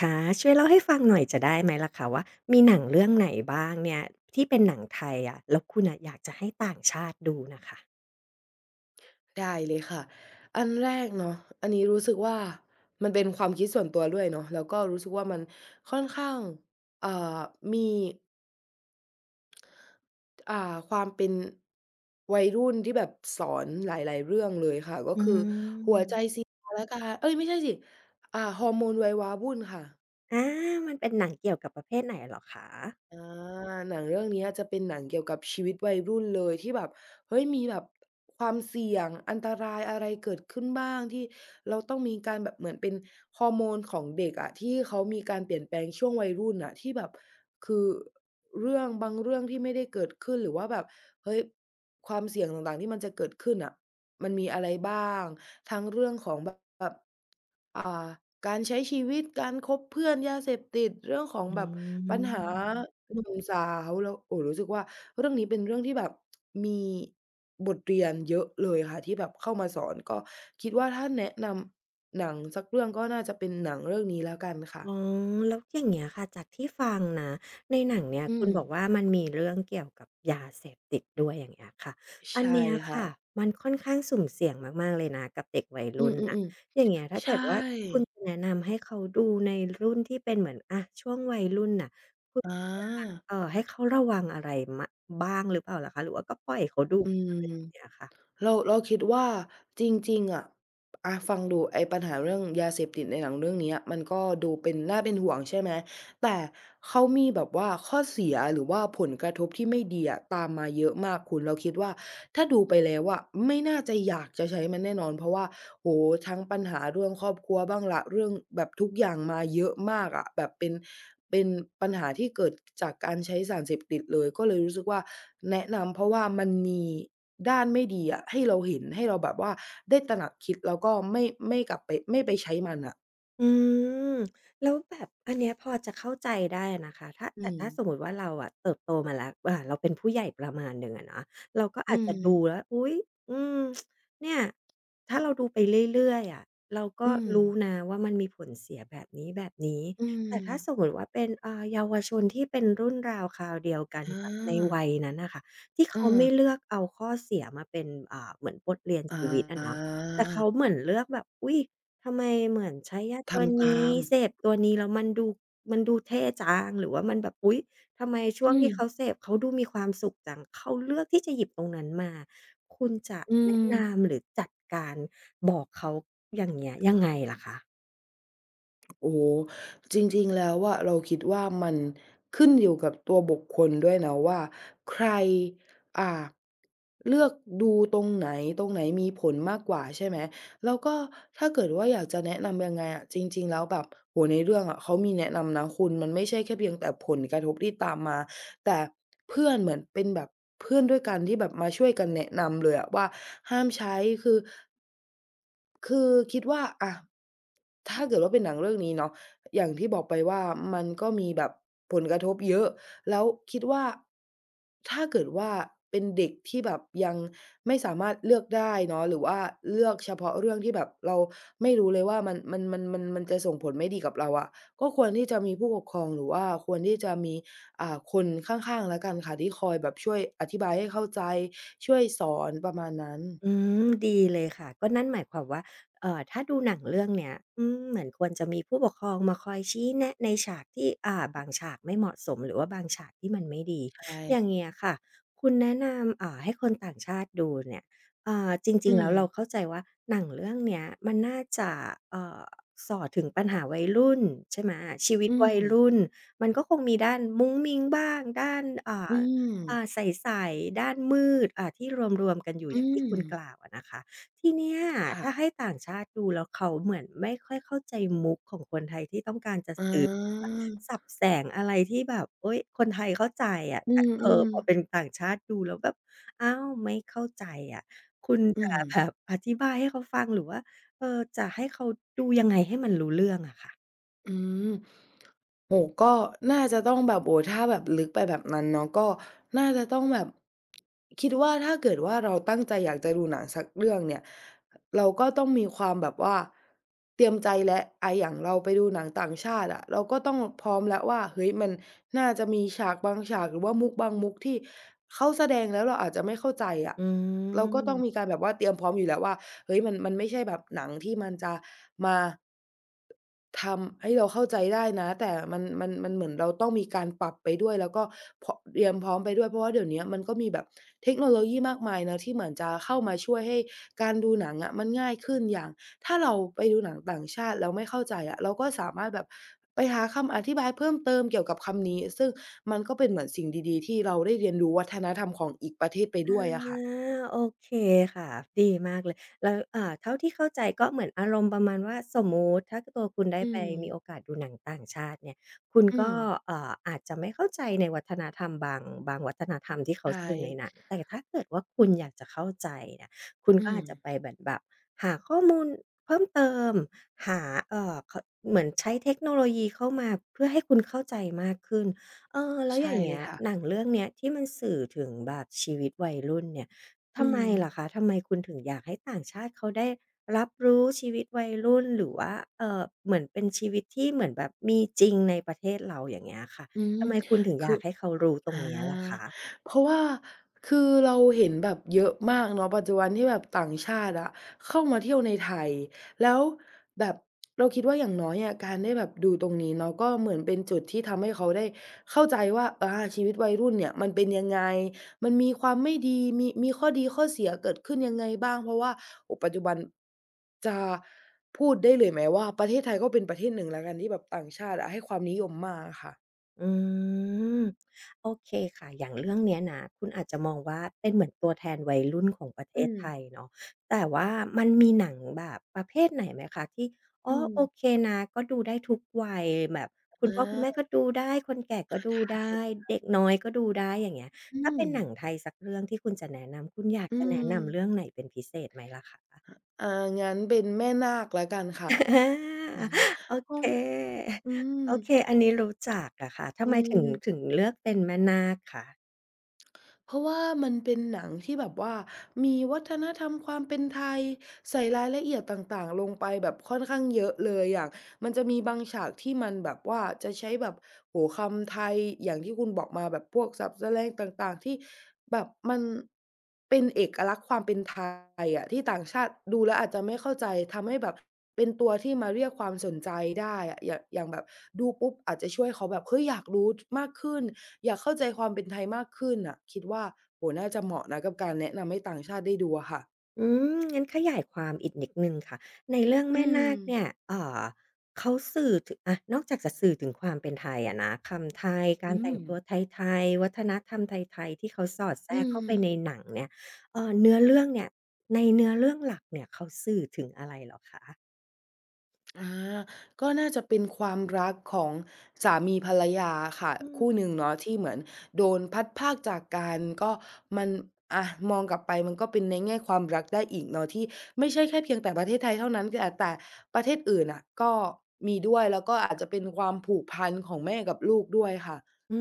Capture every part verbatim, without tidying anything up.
ค่ะช่วยเล่าให้ฟังหน่อยจะได้ไหมล่ะคะว่ามีหนังเรื่องไหนบ้างเนี่ยที่เป็นหนังไทยอะแล้วคุณน่ะอยากจะให้ต่างชาติดูน่ะค่ะได้เลยค่ะ อันแรกเนาะอันนี้รู้สึกว่ามันเป็นความคิดส่วนตัวด้วยเนาะแล้วก็รู้สึกว่ามันค่อนข้างอ่ามีอ่าความเป็นวัยรุ่นที่แบบสอนหลายๆเรื่องเลยค่ะ ก็อืคือหัวใจมศิลาและการเอ๊ยไม่ใช่สิอ่าฮอร์โมนวัยวาวุ่นค่ะ อามันเป็นหนังเกี่ยวกับประเภทไหนเหรอคะอาหนังเรื่องเนี้ยจะเป็นหนังเกี่ยวกับชีวิตวัยรุ่นเลยที่แบบเฮ้ยมีแบบความเสี่ยงอันตรายอะไรเกิดขึ้นบ้างที่เราต้องมีการแบบเหมือนเป็นฮอร์โมนของเด็กอะที่เขามีการเปลี่ยนแปลงช่วงวัยรุ่นน่ะที่แบบคือเรื่องบางเรื่องที่ไม่ได้เกิดขึ้นหรือว่าแบบเฮ้ยความเสี่ยงต่างๆที่มันจะเกิดขึ้นน่ะ มันมีอะไรบ้างทั้งเรื่องของแบบอ่าการใช้ชีวิตการคบเพื่อนยาเสพติดเรื่องของแบอืบปัญหาม หนุ่มสาวแล้วโอ้รู้สึกว่าเรื่องนี้เป็นเรื่องที่แบบมีบทเรียนเยอะเลยค่ะที่แบบเข้ามาสอนก็คิดว่าถ้าแนะนำหนังสักเรื่องก็น่าจะเป็นหนังเรื่องนี้แล้วกันค่ะอ๋อแล้วอย่างเงี้ยค่ะจากที่ฟังนะในหนังเนี่ยอืคุณมบอกว่ามันมีเรื่องเกี่ยวกับยาเสพติดด้วยอย่างเงี้ยค่ะอันใช่เนี้ยค่ะค่ะมันค่อนข้างสุ่มเสี่ยงมากๆเลยนะกับเด็กวัยอืรุ่นน่ะมอย่างๆเงี้ยถ้าๆเกิใช่ดว่าคุณจะแนะนำให้เขาดูในรุ่นที่เป็นเหมือนอะช่วงวัยรุ่นน่ะคุณอจะาเอ่อให้เขาระวังอะไรมะบ้างหรือเปล่าล่ะคะหรือว่าก็ปล่อยเขาดูอืเลยม แบบเนี้ยค่ะ เราเราคิดว่าจริงๆอะอาฟังดูไอ้ปัญหาเรื่องยาเสพติดในหนังเรื่องเนี้ยมันก็ดูเป็นน่าเป็นห่วงใช่ไหมแต่เขามีแบบว่าข้อเสียหรือว่าผลกระทบที่ไม่ดีอะตามมาเยอะมากคุณเราคิดว่าถ้าดูไปแล้วอะไม่น่าจะอยากจะใช้มันแน่นอนเพราะว่า โอ้โฮทั้งปัญหาเรื่องครอบครัวบ้างล่ะเรื่องแบบทุกอย่างมาเยอะมากอะแบบเป็นเป็นปัญหาที่เกิดจากการใช้สารเสพติดเลยก็เลยรู้สึกว่าแนะนำเพราะว่ามันมีด้านไม่ดีอะให้เราเห็นให้เราแบบว่าได้ตระหนักคิดแล้วก็ไม่ไม่กลับไปไม่ไปใช้มันน่ะอืมแล้วแบบอันเนี้ยพอจะเข้าใจได้นะคะถ้าอืแต่ถ้าสมมมติว่าเราอะเติบโตมาแล้วอ่าเราเป็นผู้ใหญ่ประมาณหนึ่งอะเนาะเราก็อือาจจะมดูแล้วอุ๊ยอืมเนี่ยถ้าเราดูไปเรื่อยๆอะเราก็อืมรู้นะว่ามันมีผลเสียแบบนี้อืๆแต่มถ้าสมมติว่าเป็นอ่าเยาวชนที่เป็นรุ่นราวคราวเดียวกันอกับในาวัยนั้นน่ะค่ะที่เขาไม่เอาเลือกเอาข้อเสียมาเป็นอ่าเหมือนบทเรียนอชีวิตอะเนาะาแต่เขาเหมือนเลือกแบบอุ๊ย ทำไมเหมือนใช้ยาตัวทำตานี้มเสพตัวนี้แล้วมันดูมันดูเท่จังหรือว่ามันแบบอุ๊ยทำไมช่วอืงที่เขามเสพเขาดูมีความสุขจังเขาเลือกที่จะหยิบตรงนั้นมาคุณจะอืม แนะนำหรือจัดการบอกเขาอย่างเงี้ยยังไงล่ะคะ โอ้โฮจริงๆแล้วอะเราคิดว่ามันขึ้นอยู่กับตัวบุคคลด้วยนะว่าใครอ่าเลือกดูตรงไหนตรงไหนมีผลมากกว่าใช่ไหมแล้วก็ถ้าเกิดว่าอยากจะแนะนำยังไงอะจริงๆแล้วแบบโอ้โฮในเรื่องอะเขามีแนะนำนะคุณมันไม่ใช่แค่เพียงแต่ผลกระทบที่ตามมาแต่เพื่อนเหมือนเป็นแบบเพื่อนด้วยกันที่แบบมาช่วยกันแนะนำเลยอะว่าห้ามใช้คือ คือคิดว่าอะถ้าเกิดว่าเป็นหนังเรื่องนี้เนาะอย่างที่บอกไปว่ามันก็มีแบบผลกระทบเยอะแล้วคิดว่าถ้าเกิดว่าเป็นเด็กที่แบบยังไม่สามารถเลือกได้เนาะหรือว่าเลือกเฉพาะเรื่องที่แบบเราไม่รู้เลยว่ามันมันมันมันมันจะส่งผลไม่ดีกับเราอะก็ควรที่จะมีผู้ปกครองหรือว่าควรที่จะมีอ่าคนข้างๆแล้วกันค่ะที่คอยแบบช่วยอธิบายให้เข้าใจช่วยสอนประมาณนั้นอืมดีเลยค่ะก็นั่นหมายความว่าเอ่อถ้าดูหนังเรื่องเนี้ยอืมเหมือนควรจะมีผู้ปกครองมาคอยชี้แนะในฉากที่อ่าบางฉากไม่เหมาะสมหรือว่าบางฉากที่มันไม่ดีใชอย่าง่เงี้ยค่ะคุณแนะนำอ่าให้คนต่างชาติดูเนี่ยอ่าจริอืงๆมแล้วเราเข้าใจว่าหนังเรื่องเนี้ยมันน่าจะเอ่อส่อถึงปัญหาวัยรุ่นใช่ไหมชีวิตอืวัม ยรุ่นมันก็คงมีด้านมุ้งมิ้งบ้างด้านอือ่า ม อ่าใสๆด้านมืดอ่าที่รวมๆกันอยู่อือย่างที่คุณกล่าม วอะนะคะทีเนี้ยถ้าค่ะให้ต่างชาติดูแล้วเขาเหมือนไม่ค่อยเข้าใจมุกของคนไทยที่ต้องการจะอ๋สื่อว่าอศัพท์แสงอะไรที่แบบโอ๊ยคนไทยเข้าใจอะอืแต่เออมพอเป็นๆต่างชาติดูแล้วแบบอ้าวไม่เข้าใจอะคุณอืจะม แบบอธิบายให้เขาฟังหรือว่าเออจะให้เขาดูยังไงให้มันรู้เรื่องอะค่ะอืมโอ้โฮก็น่าจะต้องแบบโอ้ถ้าแบบลึกไปแบบนั้นเนาะก็น่าจะต้องแบบคิดว่าถ้าเกิดว่าเราตั้งใจอยากจะดูหนังสักเรื่องเนี่ยเราก็ต้องมีความแบบว่าเตรียมใจแล้วอาอย่างเราไปดูหนังต่างชาติอะเราก็ต้องพร้อมแล้วว่าเฮ้ยมันน่าจะมีฉากบางฉากหรือว่ามุกบางมุกที่เขาแสดงแล้วเราอาจจะไม่เข้าใจอะอืเราก็ต้องมีม การแบบว่าเตรียมพร้อมอยู่แล้วว่าเฮ้ยมันมันไม่ใช่แบบหนังที่มันจะมา ทำให้เราเข้าใจได้นะแต่มันมันมันเหมือนเราต้องมีการปรับไปด้วยแล้วก็พเตรียมพร้อมไปด้วยเพราะว่าเดี๋ยวเนี้ยมันก็มีแบบเทคโนโลยีมากมายเนาะที่เหมือนจะเข้ามาช่วยให้การดูหนังอะมันง่ายขึ้นอย่างถ้าเราไปดูหนังต่างชาติแล้วไม่เข้าใจอะเราก็สามารถแบบไปหาคำอธิบายเพิ่มเติมเกี่ยวกับคำนี้ซึ่งมันก็เป็นเหมือนสิ่งดีๆที่เราได้เรียนรู้วัฒนธรรมของอีกประเทศไปด้วยอะ อค่ะาโอเคค่ะดีมากเลยแล้วอ่าเท่าที่เข้าใจก็เหมือนอารมณ์ประมาณว่าสมมุติถ้าตัวคุณได้อืไปมมีโอกาสดูหนังต่างชาติเนี่ยคุณอืก็มเอ่ออาจจะไม่เข้าใจในวัฒนธรรมบางบางวัฒนธรรมที่เขาใช่สื่อในหนังแต่ถ้าเกิดว่าคุณอยากจะเข้าใจเนี่ยคุณก็อืมอาจจะไปเหมือนแบบหาข้อมูลเพิ่มเติมหาเอ่อเขาเหมือนใช้เทคโนโลยีเข้ามาเพื่อให้คุณเข้าใจมากขึ้น เออแล้วอใช่ย่างเลเงี้ยยค่ะหนังเรื่องเนี้ยที่มันสื่อถึงแบบชีวิตวัยรุ่นเนี่ยทำอืไมมเหรอคะทำไมคุณถึงอยากให้ต่างชาติเขาได้รับรู้ชีวิตวัยรุ่นหรือว่าเอ่อเหมือนเป็นชีวิตที่เหมือนแบบมีจริงในประเทศเราอย่างเงี้ยค่ะอืมทำไมคุณถึงอคืยาอ กให้เขารู้ตรอางเนี้ยล่ะคะ เพราะว่าคือเราเห็นแบบเยอะมากเนาะปัจจุบันที่แบบต่างชาติอะเข้ามาเที่ยวในไทยแล้วแบบเราคิดว่าอย่างน้อยอะการได้แบบดูตรงนี้เนาะก็เหมือนเป็นจุดที่ทำให้เขาได้เข้าใจว่าอาชีวิตวัยรุ่นเนี่ยมันเป็นยังไงมันมีความไม่ดีมีมีข้อดีข้อเสียเกิดขึ้นยังไงบ้างเพราะว่าโอ้ปัจจุบันจะพูดได้เลยไหมว่าประเทศไทยก็เป็นประเทศหนึ่งแล้วกันที่แบบต่างชาติอะให้ความนิยมมากอะค่ะอืมโอเคค่ะอย่างเรื่องเนี้ยนะคุณอาจจะมองว่าเป็นเหมือนตัวแทนวัยรุ่นของประเทอืศมไทยเนาะแต่ว่ามันมีหนังแบบประเภทไหนไหมคะที่อ๋อือโอเคมนะก็ดูได้ทุกวัยแบบคุณพ่อคุณแม่ก็อา ดูได้คนแก่ก็ดูได้เด็กน้อยก็ดูได้อย่างเงี้ยอืถ้ามเป็นหนังไทยสักเรื่องที่คุณจะแนะนำคุณอยากอืจะแนะมนำเรื่องไหนเป็นพิเศษไหมล่ะคะ อ่างั้นเป็นแม่นาคแล้วกัน ค่ะ อา อืมโอก็เคอืมโอเคอันนี้รู้จักอะค่ะทำอืไมถึงถึงม เลือกเป็นแม่นาคคะเพราะว่ามันเป็นหนังที่แบบว่ามีวัฒนธรรมความเป็นไทยใส่รายละเอียดต่างๆลงไปแบบค่อนข้างเยอะเลยอย่างมันจะมีบางฉากที่มันแบบว่าจะใช้แบบโอ้โฮคำไทยอย่างที่คุณบอกมาแบบพวกศัพท์แสแลงต่างๆที่แบบมันเป็นเอกลักษณ์ความเป็นไทยอะที่ต่างชาติดูแล้วอาจจะไม่เข้าใจทำให้แบบเป็นตัวที่มาเรียกความสนใจได้อะอย่างอย่างแบบดูปุ๊บอาจจะช่วยเขาแบบเฮ้ยอยากรู้จมากขึ้น อยากเข้าใจความเป็นไทยมากขึ้นน่ะคิดว่าโอ้โฮน่าจะเหมาะนะกับการแนะนำให้ต่างชาติได้ดูอะค่ะอืมงั้นขยายความอีกนิดหนึ่งค่ะในเรื่องอืแม่มนาคเนี่ยเอ่อเขาสื่อถึงอะนอกจากจะสื่อถึงความเป็นไทยอะนะคำไทยการอืแต่งมตัวไทยๆวัฒนธรรมไทยๆที่เขาสอดแทรอืกเข้าไปในมหนังเนี่ยเอ่อเนื้อเรื่องเนี่ยในเนื้อเรื่องหลักเนี่ยเขาสื่อถึงอะไรเหรอคะอาก็น่าจะเป็นความรักของสามีภรรยาค่ะอืม คู่หนึ่งเนาะที่เหมือนโดนพัดพรากจากกันก็มันอะมองกลับไปมันก็เป็นในแง่ความรักได้อีกเนาะที่ไม่ใช่แค่เพียงแต่ประเทศไทยเท่านั้นแต่แต่ประเทศอื่นน่ะก็มีด้วยแล้วก็อาจจะเป็นความผูกพันของแม่กับลูกด้วยค่ะอื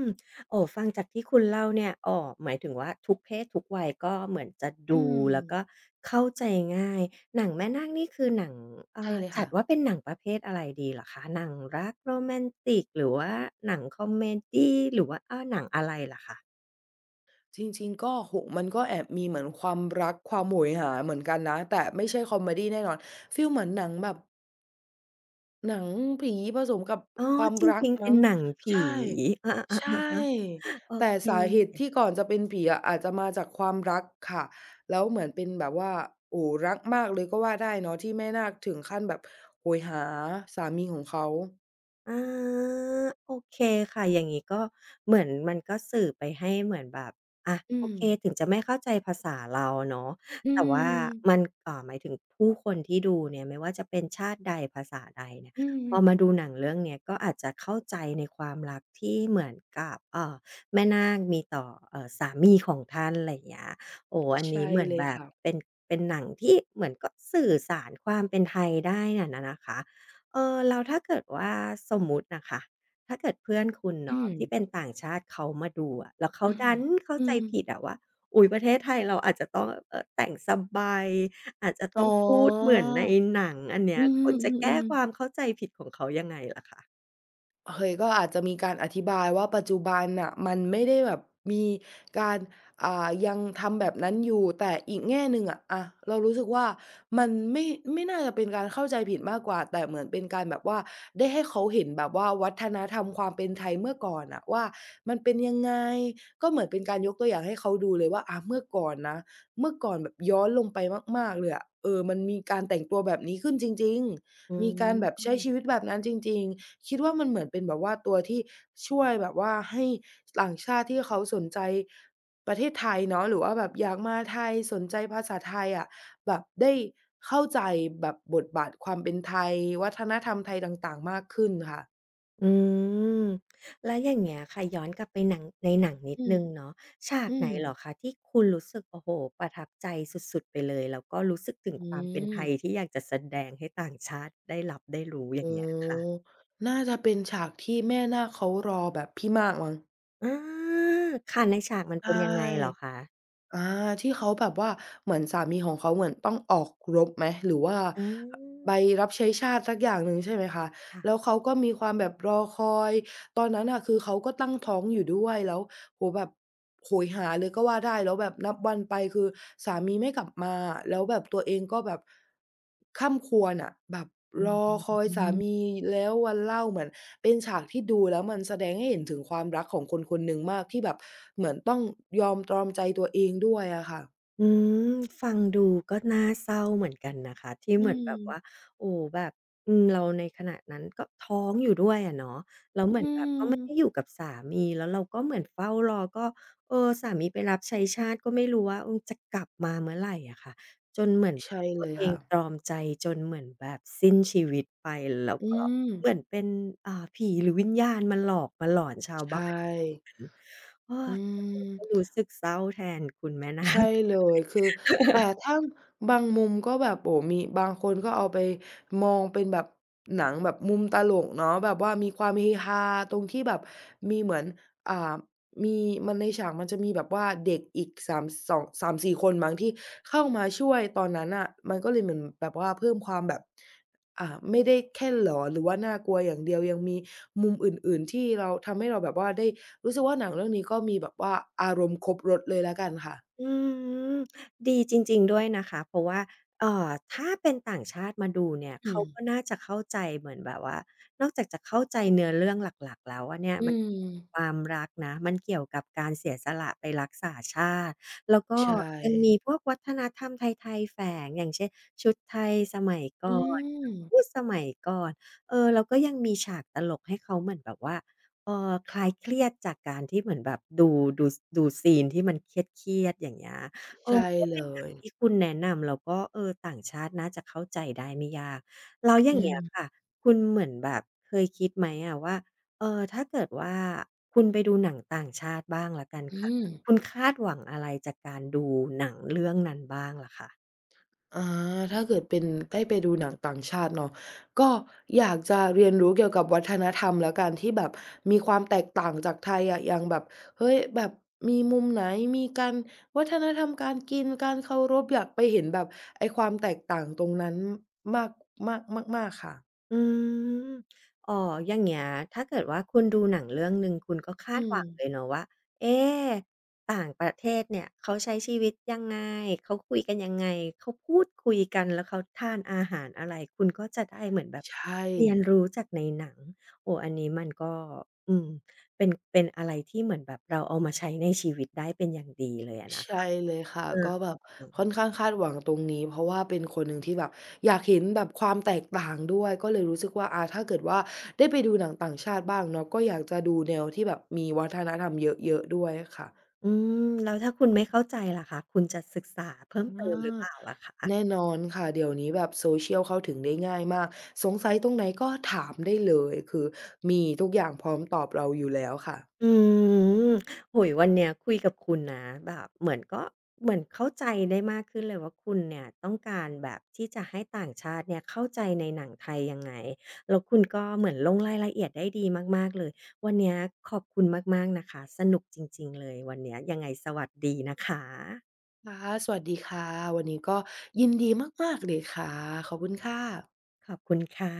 มโอ้ฟังจากที่คุณเล่าเนี่ยอ๋อหมายถึงว่าทุกเพศทุกวัยก็เหมือนจะดูอืมแล้วก็เข้าใจง่าย หนังแม่นาคนี่คือหนังใช่อ่าเลยจัดค่ะ ว่าเป็นหนังประเภทอะไรดีเหรอคะ หนังรักโรแมนติกหรือว่าหนังคอมเมดีหรือว่าอาหนังอะไรเหรอคะจริงๆก็โอ้โฮมันก็แอบมีเหมือนความรักความโหยหาเหมือนกันนะแต่ไม่ใช่คอเมดีแน่นอนฟีลเหมือนหนังแบบหนังผีผสมกับอ๋อความจรักริงๆเป็มั้นงหนังผี ใช่ อาๆใช่ๆอะฮะโอแต่เสาเหตุค ที่ก่อนจะเป็นผีอะอาจจะมาจากความรักค่ะแล้วเหมือนเป็นแบบว่าโอ้โฮรักมากเลยก็ว่าได้เนาะที่แม่นาคถึงขั้นแบบโหยหาสามีของเขาอาโอเคค่ะอย่างงี้ก็เหมือนมันก็สื่อไปให้เหมือนแบบอะอืโอมเคถึงจะไม่เข้าใจภาษาเราเนาะอืแต่ว่ามัมนอ่าหมายถึงผู้คนที่ดูเนี่ยไม่ว่าจะเป็นชาติใดภาษาใดเนี่ยอืมพอมาดูหนังเรื่องเนี้ยก็อาจจะเข้าใจในความรักที่เหมือนกับเอ่อแม่นาคมีต่อเอ่อสามีของท่านไรเงี้ยโอ้อันนี้ใช่เหมือนเลยแบบค่ะเป็นเป็นหนังที่เหมือนก็สื่อสารความเป็นไทยได้น่ะนะนะคะ เออแล้วถ้าเกิดว่าสมมุติน่ะค่ะถ้าเกิดเพื่อนคุณอืเนาะมที่เป็นต่างชาติเขามาดูอะแล้วเขาอืมดันเข้าอืใจม ผิดอะว่าอุ๊ยประเทศไทยเราอาจจะต้องเอ่อแต่งสบายอาจจะอ๋ต้องพูดเหอมือนในหนังอันเนี้อืยคุณจะแก้มคๆๆวามๆเข้าใจผิดของเขายังไงล่ะคะเฮ้ยก็อาจจะมีการอธิบายว่าปัจจุบันน่ะมันไม่ได้แบบมีการอ่ายังทำแบบนั้นอยู่ แต่อีกแง่หนึ่งอะอะเรารู้สึกว่ามันไม่ไม่น่าจะเป็นการเข้าใจผิดมากกว่า แต่เหมือนเป็นการแบบว่าได้ให้เขาเห็นแบบว่าวัฒนธรรมความเป็นไทยเมื่อก่อนน่ะว่ามันเป็นยังไง ก็เหมือนเป็นการยกตัวอย่างให้เขาดูเลยว่าอาเมื่อก่อนนะเมื่อก่อนแบบย้อนลงไปมากๆเลยอะเออมันมีการแต่งตัวแบบนี้ขึ้นจริงอืๆ มีการแบบใช้ชีม วิตแบบนั้นจริงๆ คิดว่ามันเหมือนเป็นแบบว่าตัวที่ช่วยแบบว่าให้ต่างชาติที่เขาสนใจประเทศไทยเนาะหรือว่าแบบอยากมาไทยสนใจภาษาไทยอะแบบได้เข้าใจแบบบทบาทความเป็นไทยวัฒนธรรมไทยต่างๆมากขึ้นค่ะอืมแล้วอย่างเงี้ยค่ะย้อนกลับไปหนังในหนังนิดอืมนึงเนาะฉากอืไหนมเหรอคะที่คุณรู้สึกโอ้โหประทับใจสุดๆไปเลยแล้วก็รู้สึกถึงอืความเป็นมไทยที่อยากจะแสดงให้ต่างชาติได้รับได้รู้ออ๋ย่าองเงี้ยค่ะน่าจะเป็นฉากที่แม่นาคเขารอแบบพี่มากมั้งอาค่ะในฉากมันใช่ เป็นยังไงเหรอคะอาที่เขาแบบว่าเหมือนสามีของเขาเหมือนต้องออกรบไหมหรือว่าอาใบรับใช้ชาติสักอย่างหนึ่งใช่ไหมคะแล้วค่ะเขาก็มีความแบบรอคอยตอนนั้นน่ะคือเขาก็ตั้งท้องอยู่ด้วยแล้ว โอ้โฮแบบโหยหาเลยก็ว่าได้แล้วแบบนับวันไปคือสามีไม่กลับมาแล้วแบบตัวเองก็แบบคร่ำครวญอะแบบรอือคอยสามีม แล้ววันเล่าเหมือนเป็นฉากที่ดูแล้วมันแสดงให้เห็นถึงความรักของคนคนหนึ่งมากที่แบบเหมือนต้องยอมตรอมใจตัวเองด้วยอะค่ะอืมฟังดูก็น่าเศร้าเหมือนกันนะคะที่อืเหมือนแบบว่ามโอ้โฮแบบอืมเราในขณะนั้นก็ท้องอยู่ด้วยอะเนาะแล้วเหมือือนแบบก็ไม่ได้อยู่มกับสามีแล้วเราก็เหมือนเฝ้ารอก็เออสามีไปรับใช้ชาติก็ไม่รู้ว่าเออจะกลับมาเมื่อไหรอะค่ะจนเหมือนใช่ตัเลวยเองค่ะตรอมใจจนเหมือนแบบสิ้นชีวิตไปแล้วอืก็เหมือนมเป็นอ่าผีหรือวิญญาณมาหลอกมาหลอนชาวใชบ้าน่เอออืฟังแล้วม ก็รู้สึกเศร้าแทนคุณแม่นาใช่ค เลยคือแต่ถ้าบางมุมก็แบบโอ้โฮมีบางคนก็เอาไปมองเป็นแบบหนังแบบมุมตลกเนาะแบบว่ามีความเฮฮาตรงที่แบบมีเหมือนอ่ามีมันในฉากมันจะมีแบบว่าเด็กอีกสามสองสามสีสี่คนมั้งที่เข้ามาช่วยตอนนั้นน่ะมันก็เลยเหมือนแบบว่าเพิ่มความแบบอ่าไม่ได้แค่หลอนหรือว่าน่ากลัวอย่างเดียวยังมีมุมอื่นๆที่เราทำให้เราแบบว่าได้รู้สึกว่าหนังเรื่องนี้ก็มีแบบว่าอารมณ์ครบรสเลยแล้วกันค่ะ อืมดีจริงๆด้วยนะคะเพราะว่าเอ่อถ้าเป็นต่างชาติมาดูเนี่ยอืเขามก็น่าจะเข้าใจเหมือนแบบว่านอกจากจะเข้าใจเนื้อเรื่องหลักๆแล้วอะเนี่ยอืมันมเกี่ยวกับความรักนะมันเกี่ยวกับการเสียสละไปรักษาชาติแล้วก็ใช่ยังมีพวกวัฒนธรรมไทยๆแฝงอย่างเช่นชุดไทยสมัยก่อือนมคำพูดสมัยก่อนเออแล้วก็ยังมีฉากตลกให้เขาเหมือนแบบว่า เอ่อคลายเครียดจากการที่เหมือนแบบดูดูซดูซีนที่มันเครียดๆอย่างเงี้ยเออใช่ก็เลเป็นหนังยที่คุณแนะนำแล้วก็เออต่างชาติน่าจะเข้าใจได้ไม่ยากแล้วอย่าอืงเงี้ยค่ะมคุณเหมือนแบบเคยคิดไหมอะว่าเอ่อถ้าเกิดว่าคุณไปดูหนังต่างชาติบ้างแล้วกันอืค่ะมคุณคาดหวังอะไรจากการดูหนังเรื่องนั้นบ้างล่ะคะ อาถ้าเกิดเป็นได้ไปดูหนังต่างชาติเนาะก็อยากจะเรียนรู้เกี่ยวกับวัฒนธรรมแล้วกันที่แบบมีความแตกต่างจากไทยอะอย่างแบบเฮ้ยแบบมีมุมไหนมีการวัฒนธรรมการกินการเคารพอยากไปเห็นแบบไอ้ความแตกต่างตรงนั้นมากมากมากๆค่ะอืมอ๋ออย่างเงี้ยถ้าเกิดว่าคุณดูหนังเรื่องหนึ่งคุณก็คาดอืหมวังเลยเนาะว่าเอ๊ต่างประเทศเนี่ยเขาใช้ชีวิตยังไงเขาคุยกันยังไงเขาพูดคุยกันแล้วเขาทานอาหารอะไร คุณก็จะได้เหมือนแบบใช่ เรียนรู้จากในหนังโอ้อันนี้มันก็ อืม เป็นเป็นอะไรที่เหมือนแบบเราเอามาใช้ในชีวิตได้เป็นอย่างดีเลยอะนะใช่คะเลยค่ะเออก็แบบค่อนข้างคาดหวังตรงนี้เพราะว่าเป็นคนหนึ่งที่แบบอยากเห็นแบบความแตกต่างด้วยก็เลยรู้สึกว่าอาถ้าเกิดว่าได้ไปดูหนังต่างชาติบ้างเนาะก็อยากจะดูแนวที่แบบมีวัฒนธรรมเยอะๆด้วยค่ะอืม แล้วถ้าคุณไม่เข้าใจล่ะคะคุณจะศึกษาเพิ่มอเติมหรือเปล่าาล่ะคะ แน่นอนค่ะเดี๋ยวนี้แบบ Social เข้าถึงได้ง่ายมากสงสัยตรงไหนก็ถามได้เลยคือมีทุกอย่างพร้อมตอบเราอยู่แล้วค่ะอืมโอ้โฮวันเนี้ยคุยกับคุณนะแบบเหมือนก็เหมือนเข้าใจได้มากขึ้นเลยว่าคุณเนี่ยต้องการแบบที่จะให้ต่างชาติเนี่ยเข้าใจในหนังไทยยังไงแล้วคุณก็เหมือนลงรายละเอียดได้ดีมากๆเลยวันเนี้ยขอบคุณมากๆนะคะสนุกจริงๆเลยวันเนี้ยยังไงสวัสดีนะคะค่ะสวัสดีค่ะวันนี้ก็ยินดีมากๆเลยค่ะขอบคุณค่ะขอบคุณค่ะ